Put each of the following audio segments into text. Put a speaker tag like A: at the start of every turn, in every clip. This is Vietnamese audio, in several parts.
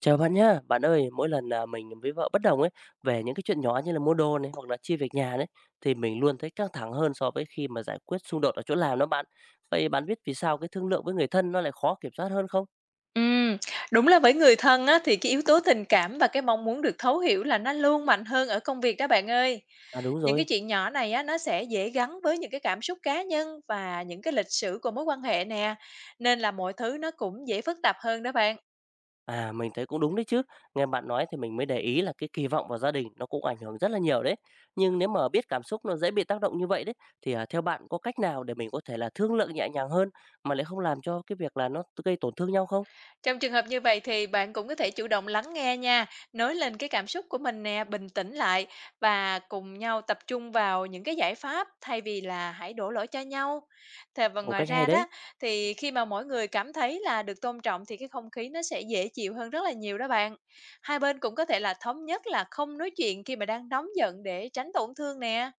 A: Chào bạn nhá. Bạn ơi, mỗi lần, mình với vợ bất đồng ấy, về những cái chuyện nhỏ như là mua đồ này, hoặc là chia việc nhà đấy, thì mình luôn thấy căng thẳng hơn so với khi mà giải quyết xung đột ở chỗ làm đó bạn. Vậy bạn biết vì sao cái thương lượng với người thân nó lại khó kiểm soát hơn không?
B: Ừm, đúng là với người thân á, thì cái yếu tố tình cảm và cái mong muốn được thấu hiểu là nó luôn mạnh hơn ở công việc đó bạn ơi.
A: À, đúng
B: Những
A: rồi.
B: cái chuyện nhỏ này á, nó sẽ dễ gắn với những cái cảm xúc cá nhân và những cái lịch sử của mối quan hệ nè, nên là mọi thứ nó cũng dễ phức tạp hơn đó bạn.
A: À, mình thấy cũng đúng đấy chứ. Nghe bạn nói thì mình mới để ý là cái kỳ vọng vào gia đình nó cũng ảnh hưởng rất là nhiều đấy. Nhưng nếu mà biết cảm xúc nó dễ bị tác động như vậy đấy, thì, theo bạn có cách nào để mình có thể là thương lượng nhẹ nhàng hơn, mà lại không làm cho cái việc là nó gây tổn thương nhau không?
B: Trong trường hợp như vậy thì bạn cũng có thể chủ động lắng nghe nha, nói lên cái cảm xúc của mình nè, bình tĩnh lại và cùng nhau tập trung vào những cái giải pháp thay vì là hãy đổ lỗi cho nhau. Thế và
A: Ồ,
B: ngoài
A: cách hay
B: ra
A: đấy.
B: đó thì khi mà mỗi người cảm thấy là được tôn trọng thì cái không khí nó sẽ dễ chịu hơn rất là nhiều đó bạn. Hai bên cũng có thể là thống nhất là không nói chuyện khi mà đang nóng giận để tránh tổn thương nè.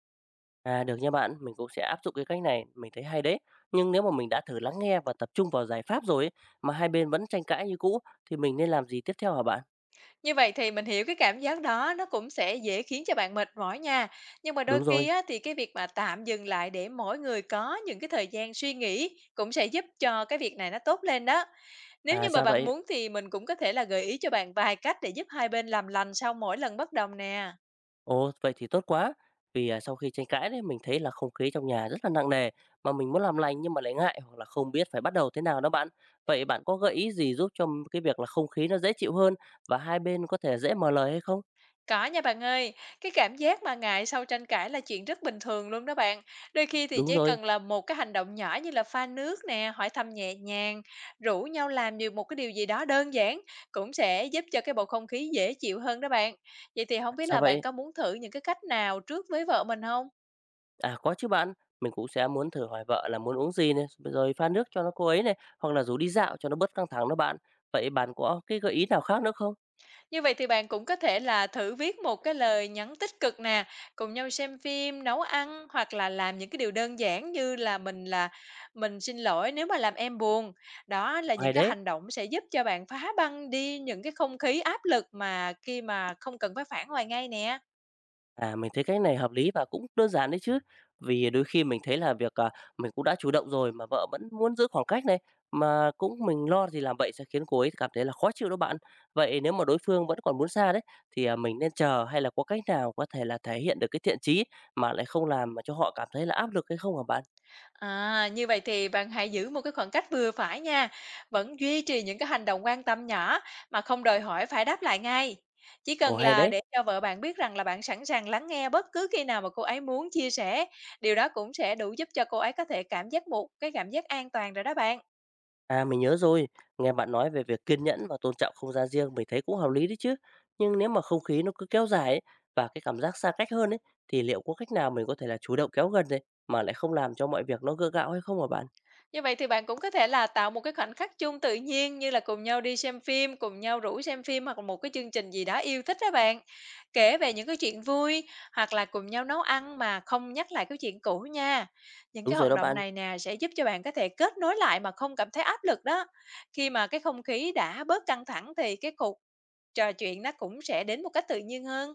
A: À, được nha bạn, mình cũng sẽ áp dụng cái cách này, mình thấy hay đấy. Nhưng nếu mà mình đã thử lắng nghe và tập trung vào giải pháp rồi ấy, mà hai bên vẫn tranh cãi như cũ thì mình nên làm gì tiếp theo hả bạn?
B: Như vậy thì mình hiểu cái cảm giác đó nó cũng sẽ dễ khiến cho bạn mệt mỏi nha. Nhưng mà đôi
A: Đúng rồi.
B: khi á, thì cái việc mà tạm dừng lại để mỗi người có những cái thời gian suy nghĩ cũng sẽ giúp cho cái việc này nó tốt lên đó. Nếu
A: À
B: như mà
A: ra
B: bạn
A: vậy.
B: muốn thì mình cũng có thể là gợi ý cho bạn vài cách để giúp hai bên làm lành sau mỗi lần bất đồng nè.
A: Ồ, vậy thì tốt quá. Vì sau khi tranh cãi đấy mình thấy là không khí trong nhà rất là nặng nề mà mình muốn làm lành nhưng mà lại ngại hoặc là không biết phải bắt đầu thế nào đó bạn. Vậy bạn có gợi ý gì giúp cho cái việc là không khí nó dễ chịu hơn và hai bên có thể dễ mở lời hay không?
B: Có nha bạn ơi, cái cảm giác mà ngại sau tranh cãi là chuyện rất bình thường luôn đó bạn. Đôi khi thì
A: Đúng
B: chỉ
A: rồi.
B: cần là một cái hành động nhỏ như là pha nước nè, hỏi thăm nhẹ nhàng, rủ nhau làm được một cái điều gì đó đơn giản cũng sẽ giúp cho cái bầu không khí dễ chịu hơn đó bạn. Vậy thì
A: À,
B: không biết
A: sao
B: là bạn
A: vậy?
B: có muốn thử những cái cách nào trước với vợ mình không?
A: À, có chứ bạn. Mình cũng sẽ muốn thử hỏi vợ là muốn uống gì này, rồi pha nước cho nó cô ấy này, hoặc là rủ đi dạo cho nó bớt căng thẳng đó bạn. Vậy bạn có cái gợi ý nào khác nữa không?
B: Như vậy thì bạn cũng có thể là thử viết một cái lời nhắn tích cực nè, cùng nhau xem phim, nấu ăn hoặc là làm những cái điều đơn giản như là "Mình xin lỗi nếu mà làm em buồn." Đó là
A: Hay
B: những cái
A: đấy,
B: hành động sẽ giúp cho bạn phá băng đi những cái không khí áp lực mà khi mà không cần phải phản hồi ngay nè.
A: à mình thấy cái này hợp lý và cũng đơn giản đấy chứ. Vì đôi khi mình thấy là việc mình cũng đã chủ động rồi mà vợ vẫn muốn giữ khoảng cách này, mà cũng mình lo thì làm vậy sẽ khiến cô ấy cảm thấy là khó chịu đó bạn. Vậy nếu mà đối phương vẫn còn muốn xa đấy, thì mình nên chờ hay là có cách nào có thể là thể hiện được cái thiện chí mà lại không làm mà cho họ cảm thấy là áp lực hay không hả bạn?
B: À, như vậy thì bạn hãy giữ một cái khoảng cách vừa phải nha, vẫn duy trì những cái hành động quan tâm nhỏ mà không đòi hỏi phải đáp lại ngay. Chỉ
A: Ồ
B: cần
A: hay
B: là
A: đấy.
B: để cho vợ bạn biết rằng là bạn sẵn sàng lắng nghe bất cứ khi nào mà cô ấy muốn chia sẻ, điều đó cũng sẽ đủ giúp cho cô ấy có thể cảm giác một cái cảm giác an toàn rồi đó bạn.
A: À, mình nhớ rồi, nghe bạn nói về việc kiên nhẫn và tôn trọng không gian riêng mình thấy cũng hợp lý đấy chứ. Nhưng nếu mà không khí nó cứ kéo dài ấy, và cái cảm giác xa cách hơn ấy, thì liệu có cách nào mình có thể là chủ động kéo gần này mà lại không làm cho mọi việc nó gượng gạo hay không hả bạn?
B: Như vậy thì bạn cũng có thể là tạo một cái khoảnh khắc chung tự nhiên như là cùng nhau đi xem phim, cùng nhau rủ xem phim hoặc là một cái chương trình gì đó yêu thích đó bạn. Kể về những cái chuyện vui hoặc là cùng nhau nấu ăn mà không nhắc lại cái chuyện cũ nha. Những
A: Đúng
B: cái
A: rồi
B: hoạt
A: đó
B: động
A: bạn.
B: này nè sẽ giúp cho bạn có thể kết nối lại mà không cảm thấy áp lực đó. Khi mà cái không khí đã bớt căng thẳng thì cái cuộc trò chuyện nó cũng sẽ đến một cách tự nhiên hơn.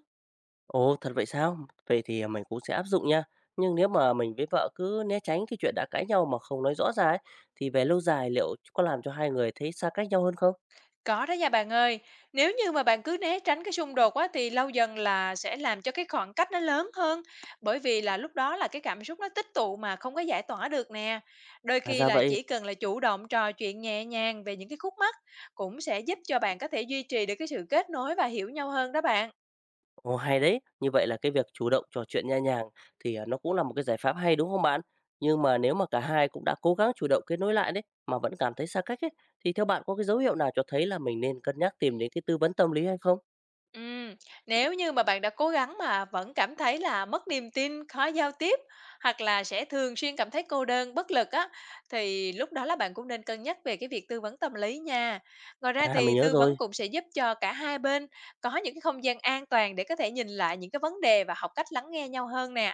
A: Ồ, thật vậy sao? Vậy thì mình cũng sẽ áp dụng nha. Nhưng nếu mà mình với vợ cứ né tránh cái chuyện đã cãi nhau mà không nói rõ ra ấy, thì về lâu dài liệu có làm cho hai người thấy xa cách nhau hơn không?
B: Có đó nha bạn ơi. Nếu như mà bạn cứ né tránh cái xung đột á thì lâu dần là sẽ làm cho cái khoảng cách nó lớn hơn, bởi vì là lúc đó là cái cảm xúc nó tích tụ mà không có giải tỏa được nè. Đôi
A: À
B: khi
A: ra
B: là
A: vậy.
B: chỉ cần là chủ động trò chuyện nhẹ nhàng về những cái khúc mắc cũng sẽ giúp cho bạn có thể duy trì được cái sự kết nối và hiểu nhau hơn đó bạn.
A: Ồ, hay đấy. Như vậy là cái việc chủ động trò chuyện nha nhàng thì, nó cũng là một cái giải pháp hay, đúng không bạn? Nhưng mà nếu mà cả hai cũng đã cố gắng chủ động kết nối lại đấy, mà vẫn cảm thấy xa cách ấy, thì theo bạn có cái dấu hiệu nào cho thấy là mình nên cân nhắc tìm đến cái tư vấn tâm lý hay không?
B: Ừm, nếu như mà bạn đã cố gắng mà vẫn cảm thấy là mất niềm tin, khó giao tiếp hoặc là sẽ thường xuyên cảm thấy cô đơn, bất lực á, thì lúc đó là bạn cũng nên cân nhắc về cái việc tư vấn tâm lý nha. Ngoài ra
A: À, mình
B: thì
A: nhớ
B: tư
A: rồi.
B: vấn cũng sẽ giúp cho cả hai bên có những cái không gian an toàn để có thể nhìn lại những cái vấn đề và học cách lắng nghe nhau hơn nè.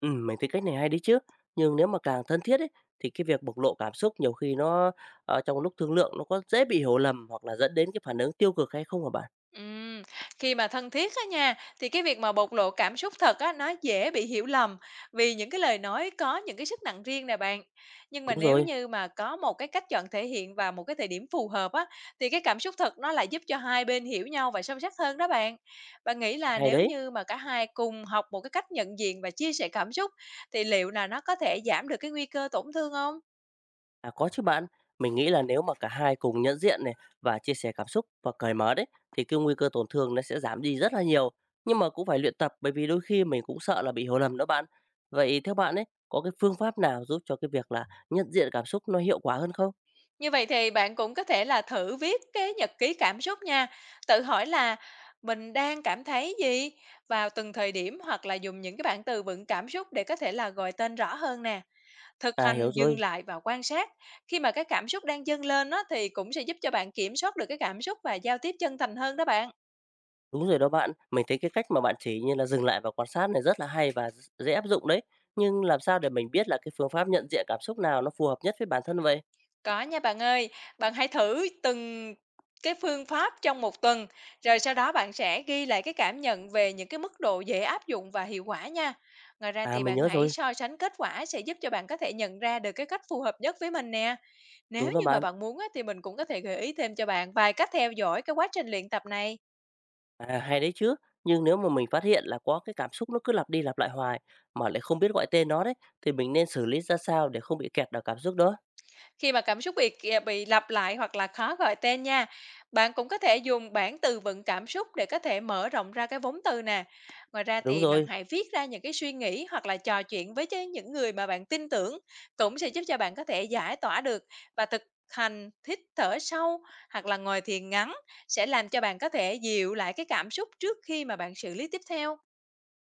A: Mình thấy cách này hay đấy chứ. Nhưng nếu mà càng thân thiết ấy, thì cái việc bộc lộ cảm xúc nhiều khi nó, trong lúc thương lượng nó có dễ bị hiểu lầm hoặc là dẫn đến cái phản ứng tiêu cực hay không hả bạn?
B: Ừm, khi mà thân thiết á nha, thì cái việc mà bộc lộ cảm xúc thật á, nó dễ bị hiểu lầm vì những cái lời nói có những cái sức nặng riêng nè bạn. Nhưng mà
A: Đúng
B: nếu
A: rồi,
B: như mà có một cái cách chọn thể hiện và một cái thời điểm phù hợp á, thì cái cảm xúc thật nó lại giúp cho hai bên hiểu nhau và sâu sắc hơn đó bạn. Bạn nghĩ là
A: hay
B: nếu
A: đấy.
B: như mà cả hai cùng học một cái cách nhận diện và chia sẻ cảm xúc, thì liệu là nó có thể giảm được cái nguy cơ tổn thương không?
A: À, có chứ bạn. Mình nghĩ là nếu mà cả hai cùng nhận diện này và chia sẻ cảm xúc và cởi mở đấy thì cái nguy cơ tổn thương nó sẽ giảm đi rất là nhiều. Nhưng mà cũng phải luyện tập bởi vì đôi khi mình cũng sợ là bị hiểu lầm đó bạn. Vậy theo bạn ấy có cái phương pháp nào giúp cho cái việc là nhận diện cảm xúc nó hiệu quả hơn không?
B: Như vậy thì bạn cũng có thể là thử viết cái nhật ký cảm xúc nha, tự hỏi là mình đang cảm thấy gì vào từng thời điểm hoặc là dùng những cái bảng từ vựng cảm xúc để có thể là gọi tên rõ hơn nè. Thực
A: À hiểu
B: hành dừng
A: rồi,
B: lại và quan sát. Khi mà cái cảm xúc đang dâng lên á, thì cũng sẽ giúp cho bạn kiểm soát được cái cảm xúc và giao tiếp chân thành hơn đó bạn.
A: đúng rồi đó bạn. Mình thấy cái cách mà bạn chỉ như là dừng lại và quan sát này rất là hay và dễ áp dụng đấy. Nhưng làm sao để mình biết là cái phương pháp nhận diện cảm xúc nào nó phù hợp nhất với bản thân vậy?
B: Có nha bạn ơi, bạn hãy thử từng cái phương pháp trong một tuần, rồi sau đó bạn sẽ ghi lại cái cảm nhận về những cái mức độ dễ áp dụng và hiệu quả nha. Ngoài ra
A: À
B: thì
A: mình
B: bạn
A: nhớ
B: hãy
A: rồi,
B: so sánh kết quả sẽ giúp cho bạn có thể nhận ra được cái cách phù hợp nhất với mình nè. Nếu
A: đúng đó
B: như mà
A: bạn.
B: bạn muốn á, thì mình cũng có thể gợi ý thêm cho bạn vài cách theo dõi cái quá trình luyện tập này.
A: À, hay đấy chứ. Nhưng nếu mà mình phát hiện là có cái cảm xúc nó cứ lặp đi lặp lại hoài mà lại không biết gọi tên nó đấy thì mình nên xử lý ra sao để không bị kẹt vào cảm xúc đó?
B: Khi mà cảm xúc bị lặp lại hoặc là khó gọi tên nha, bạn cũng có thể dùng bảng từ vựng cảm xúc để có thể mở rộng ra cái vốn từ nè. Ngoài ra
A: À, đúng
B: thì bạn
A: rồi.
B: hãy viết ra những cái suy nghĩ hoặc là trò chuyện với những người mà bạn tin tưởng cũng sẽ giúp cho bạn có thể giải tỏa được và thực hành hít thở sâu hoặc là ngồi thiền ngắn sẽ làm cho bạn có thể dịu lại cái cảm xúc trước khi mà bạn xử lý tiếp theo.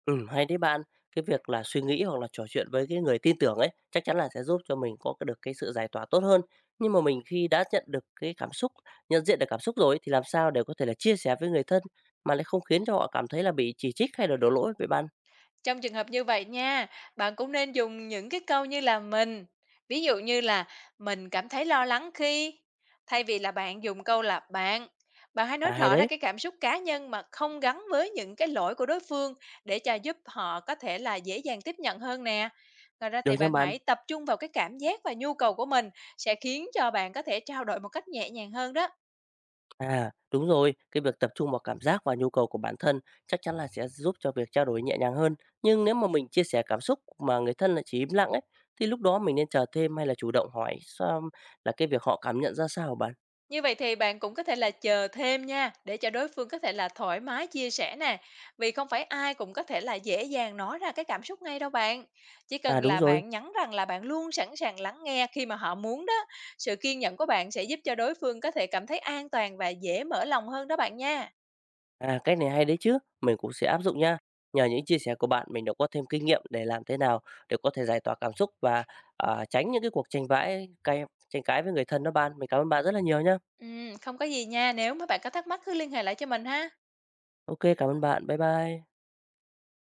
A: Ừ, hay đấy bạn. Cái việc là suy nghĩ hoặc là trò chuyện với cái người tin tưởng ấy chắc chắn là sẽ giúp cho mình có cái được cái sự giải tỏa tốt hơn. Nhưng mà mình khi đã nhận được cái cảm xúc, nhận diện được cảm xúc rồi ấy, thì làm sao để có thể là chia sẻ với người thân mà lại không khiến cho họ cảm thấy là bị chỉ trích hay là đổ lỗi với bạn?
B: Trong trường hợp như vậy nha, bạn cũng nên dùng những cái câu như là "mình", ví dụ như là "mình cảm thấy lo lắng khi", thay vì là bạn dùng câu là "bạn". Bạn hãy nói
A: À hay
B: rõ ra
A: đấy.
B: cái cảm xúc cá nhân mà không gắn với những cái lỗi của đối phương để cho giúp họ có thể là dễ dàng tiếp nhận hơn nè. Ngoài ra
A: Được
B: thì
A: nha
B: bạn
A: bạn.
B: hãy tập trung vào cái cảm giác và nhu cầu của mình, sẽ khiến cho bạn có thể trao đổi một cách nhẹ nhàng hơn đó.
A: À, đúng rồi, cái việc tập trung vào cảm giác và nhu cầu của bản thân chắc chắn là sẽ giúp cho việc trao đổi nhẹ nhàng hơn. Nhưng nếu mà mình chia sẻ cảm xúc mà người thân lại chỉ im lặng ấy, thì lúc đó mình nên chờ thêm hay là chủ động hỏi sao là cái việc họ cảm nhận ra sao hả bạn?
B: Như vậy thì bạn cũng có thể là chờ thêm nha, để cho đối phương có thể là thoải mái chia sẻ nè, vì không phải ai cũng có thể là dễ dàng nói ra cái cảm xúc ngay đâu bạn. Chỉ
A: À
B: cần
A: đúng
B: là
A: rồi,
B: bạn nhắn rằng là bạn luôn sẵn sàng lắng nghe khi mà họ muốn đó, sự kiên nhẫn của bạn sẽ giúp cho đối phương có thể cảm thấy an toàn và dễ mở lòng hơn đó bạn nha.
A: à cái này hay đấy chứ, mình cũng sẽ áp dụng nha. Nhờ những chia sẻ của bạn mình đã có thêm kinh nghiệm để làm thế nào để có thể giải tỏa cảm xúc và tránh những cái cuộc tranh cãi, tranh cãi với người thân đó bạn. Mình cảm ơn bạn rất là nhiều nhá.
B: Ừ, không có gì nha, nếu mà bạn có thắc mắc cứ liên hệ lại cho mình ha.
A: Ok, cảm ơn bạn. Bye bye.